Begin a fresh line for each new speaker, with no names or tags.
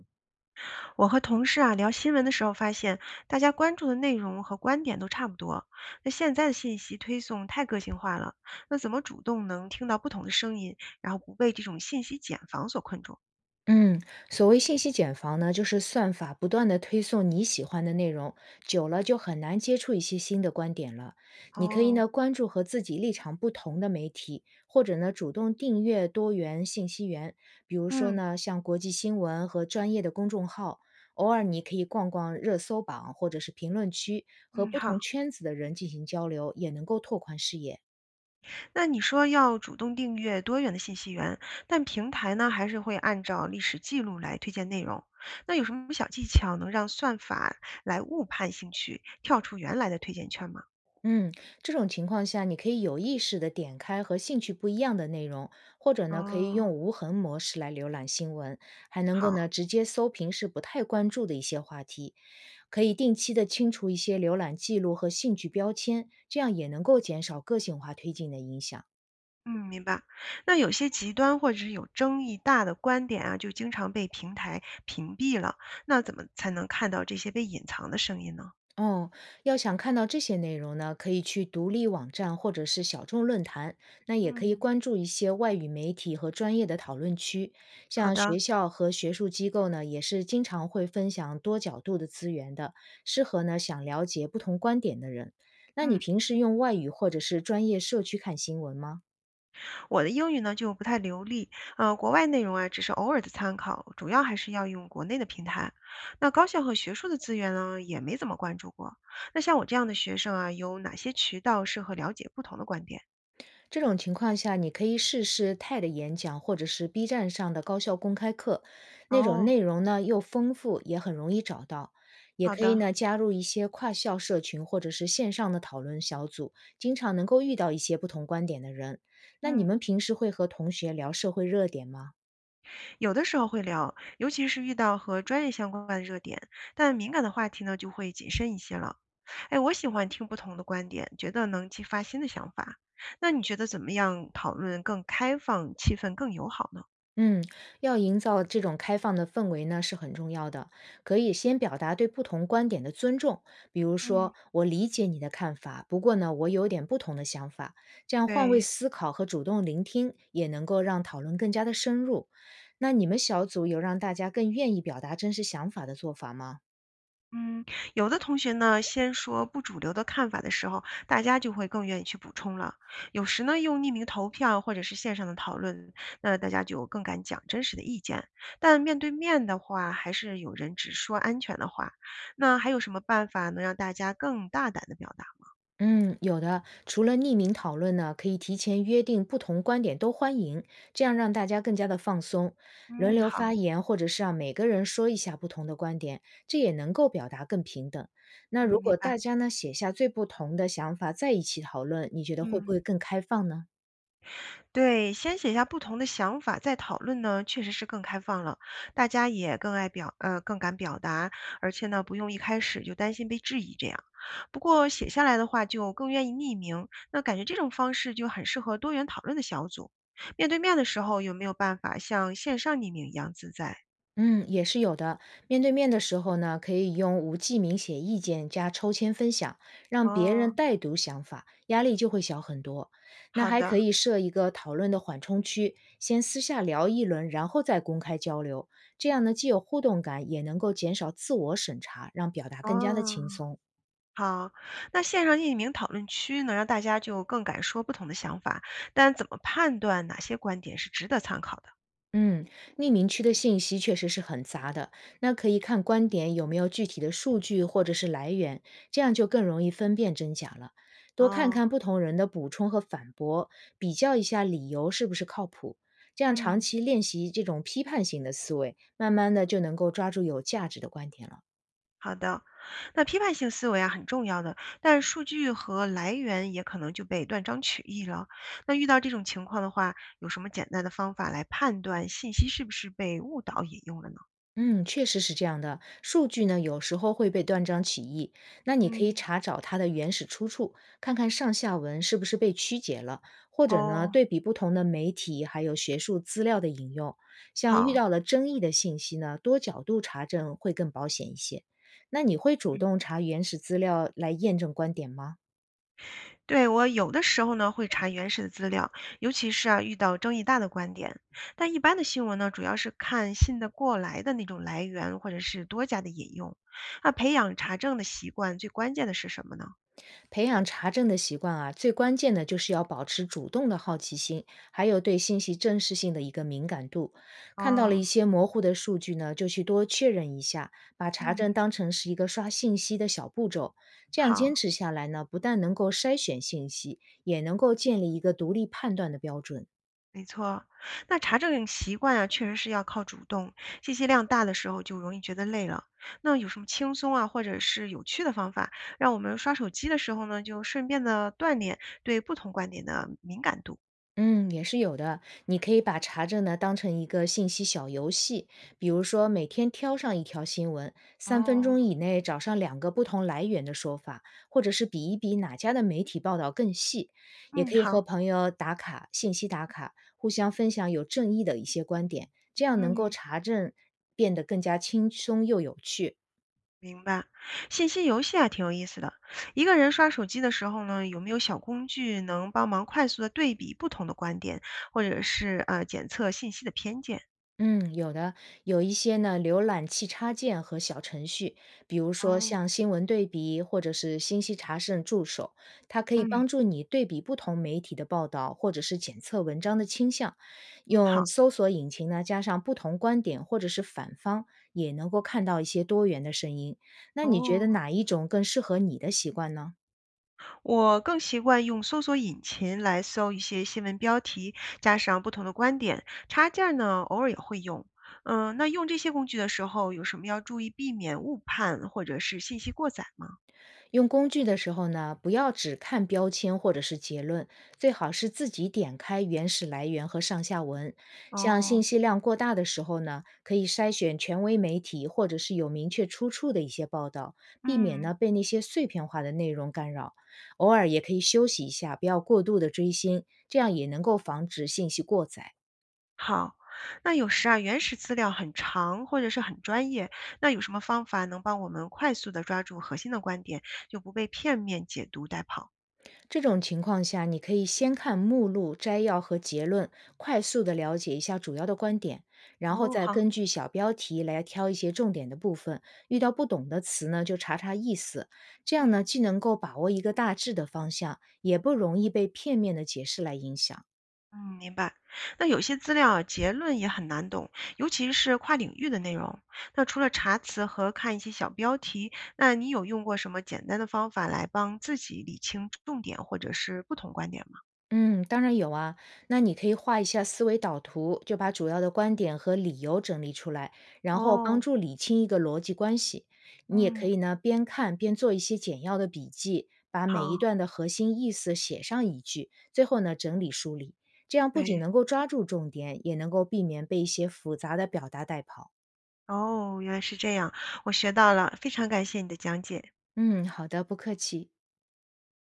我和同事啊聊新闻的时候发现，大家关注的内容和观点都差不多。那现在的信息推送太个性化了，那怎么主动能听到不同的声音，然后不被这种信息茧房所困住？
嗯，所谓信息茧房呢，就是算法不断的推送你喜欢的内容，久了就很难接触一些新的观点了。你可以
哦，
呢关注和自己立场不同的媒体，或者呢主动订阅多元信息源，比如说
嗯
呢像国际新闻和专业的公众号。偶尔你可以逛逛热搜榜或者是评论区，和
嗯，
不同
好。
圈子的人进行交流，也能够拓宽视野。
那你说要主动订阅多元的信息源，但平台呢还是会按照历史记录来推荐内容。那有什么小技巧能让算法来误判兴趣，跳出原来的推荐圈吗？
嗯，这种情况下，你可以有意识的点开和兴趣不一样的内容，或者呢，可以用
哦，
无痕模式来浏览新闻，还能够
好。
呢直接搜平时不太关注的一些话题，可以定期的清除一些浏览记录和兴趣标签，这样也能够减少个性化推进的影响。
嗯，明白。那有些极端或者是有争议大的观点啊，就经常被平台屏蔽了。那怎么才能看到这些被隐藏的声音呢？
哦，要想看到这些内容呢，可以去独立网站或者是小众论坛，那也可以
嗯，
关注一些外语媒体和专业的讨论区，
好
像
的，
学校和学术机构呢，也是经常会分享多角度的资源的，适合呢想了解不同观点的人。那你
嗯，
平时用外语或者是专业社区看新闻吗？
我的英语呢就不太流利，国外内容啊只是偶尔的参考，主要还是要用国内的平台。那高校和学术的资源呢也没怎么关注过。那像我这样的学生啊，有哪些渠道适合了解不同的观点？
这种情况下，你可以试试 TED 演讲或者是 B 站上的高校公开课，那种
哦，
内容呢又丰富，也很容易找到。也
好
可以
的，
呢加入一些跨校社群或者是线上的讨论小组，经常能够遇到一些不同观点的人。那你
嗯。
们平时会和同学聊社会热点吗？
有的时候会聊，尤其是遇到和专业相关的热点，但敏感的话题呢，就会谨慎一些了。哎，我喜欢听不同的观点，觉得能激发新的想法。那你觉得怎么样讨论更开放，气氛更友好呢？
嗯，要营造这种开放的氛围呢是很重要的。可以先表达对不同观点的尊重，比如
嗯，
说我理解你的看法，不过呢我有点不同的想法，这样换位
对，
思考和主动聆听也能够让讨论更加的深入。那你们小组有让大家更愿意表达真实想法的做法吗？
嗯，有的同学呢，先说不主流的看法的时候，大家就会更愿意去补充了。有时呢，用匿名投票或者是线上的讨论，那大家就更敢讲真实的意见。但面对面的话，还是有人只说安全的话。那还有什么办法能让大家更大胆的表达？
嗯，有的。除了匿名讨论呢，可以提前约定不同观点都欢迎，这样让大家更加的放松，轮
嗯，
流
好，
发言，或者是让每个人说一下不同的观点，这也能够表达更平等。那
嗯，
如
明
果
白，
大家呢写下最不同的想法，在一起讨论，你觉得会不
嗯。
会更开放呢？
对，先写下不同的想法再讨论呢，确实是更开放了，大家也更爱表，更敢表达，而且呢，不用一开始就担心被质疑这样。不过写下来的话，就更愿意匿名，那感觉这种方式就很适合多元讨论的小组。面对面的时候，有没有办法像线上匿名一样自在？
嗯，也是有的。面对面的时候呢，可以用无记名写意见加抽签分享，让别人
哦，
代读想法，压力就会小很多。那
好
还可
的，
以设一个讨论的缓冲区，先私下聊一轮，然后再公开交流。这样呢，既有互动感，也能够减少自我审查，让表达更加的
哦，
轻松。
好，那线上匿名讨论区能让大家就更敢说不同的想法，但怎么判断哪些观点是值得参考的？
嗯，匿名区的信息确实是很杂的，那可以看观点有没有具体的数据或者是来源，这样就更容易分辨真假了。多看
哦，
看不同人的补充和反驳，比较一下理由是不是靠谱，这样长
嗯，
期练习这种批判性的思维，慢慢的就能够抓住有价值的观点了。
好的。那批判性思维啊很重要的，但数据和来源也可能就被断章取义了。那遇到这种情况的话，有什么简单的方法来判断信息是不是被误导引用了呢？
嗯，确实是这样的。数据呢，有时候会被断章取义。那你可以
嗯，
查找它的原始出处，看看上下文是不是被曲解了，或者呢，
哦，
对比不同的媒体还有学术资料的引用。像遇
好。
到了争议的信息呢，多角度查证会更保险一些。那你会主
嗯，
动查原始资料来验证观点吗？
对，我有的时候呢会查原始的资料，尤其是啊遇到争议大的观点。但一般的新闻呢，主要是看信得过来的那种来源，或者是多家的引用。那培养查证的习惯，最关键的是什么呢？
培养查证的习惯啊，最关键的就是要保持主动的好奇心，还有对信息真实性的一个敏感度。看到了一
嗯。
些模糊的数据呢，就去多确认一下，把查证
嗯，
当成是一个刷信息的小步骤。这样
好，
坚持下来呢，不但能够筛选信息，也能够建立一个独立判断的标准。
没错。那查证习惯啊，确实是要靠主动。信息量大的时候就容易觉得累了。那有什么轻松啊，或者是有趣的方法，让我们刷手机的时候呢，就顺便的锻炼对不同观点的敏感度？
嗯，也是有的。你可以把查证呢当成一个信息小游戏，比如说每天挑上一条新闻，三分
哦，
钟以内找上2个不同来源的说法，或者是比一比哪家的媒体报道更细。也
嗯，
可以
好，
和朋友打卡，信息打卡，互相分享有正义的一些观点，这样能够
嗯，
查证变得更加轻松又有趣。
明白。信息游戏啊，挺有意思的。一个人刷手机的时候呢，有没有小工具能帮忙快速的对比不同的观点，或者是检测信息的偏见？
嗯，有的，有一些呢，浏览器插件和小程序，比如说
哦，
像新闻对比或者是信息查证助手，它可以
嗯
帮助你对比不同媒体的报道，或者是检测文章的倾向。
嗯，
用
好。
搜索引擎呢，加上不同观点或者是反方，也能够看到一些多元的声音。那你觉
哦，
得哪一种更适合你的习惯呢？
我更习惯用搜索引擎来搜一些新闻标题，加上不同的观点。插件儿呢，偶尔也会用。嗯，那用这些工具的时候，有什么要注意避免误判或者是信息过载吗？
用工具的时候呢，不要只看标签或者是结论，最好是自己点开原始来源和上下文。像
哦，
信息量过大的时候呢，可以筛选权威媒体或者是有明确出处的一些报道，避免
嗯，
呢被那些碎片化的内容干扰。偶尔也可以休息一下，不要过度的追星，这样也能够防止信息过载。
好。那有时啊，原始资料很长或者是很专业，那有什么方法能帮我们快速的抓住核心的观点，就不被片面解读带跑？
这种情况下，你可以先看目录、摘要和结论，快速的了解一下主要的观点，然后
哦，
再
好，
根据小标题来挑一些重点的部分。遇到不懂的词呢，就查查意思，这样
嗯。
呢，既能够把握一个大致的方向，也不容易被片面的解释来影响。
嗯，明白。那有些资料啊结论也很难懂，尤其是跨领域的内容。那除了查词和看一些小标题，那你有用过什么简单的方法来帮自己理清重点或者是不同观点吗？
嗯，当然有啊。那你可以画一下思维导图，就把主要的观点和理由整理出来，然后
哦，
帮助理清一个逻辑关系。你也可
嗯，
以呢，边看边做一些简要的笔记，把每一
好，
段的核心意思写上一句，最后呢整理梳理。这样不仅
对，
能够抓住重点，也能够避免被一些复杂的表达带跑。
哦，原来是这样，我学到了，非常感谢你的讲解。
嗯，好的，不客气。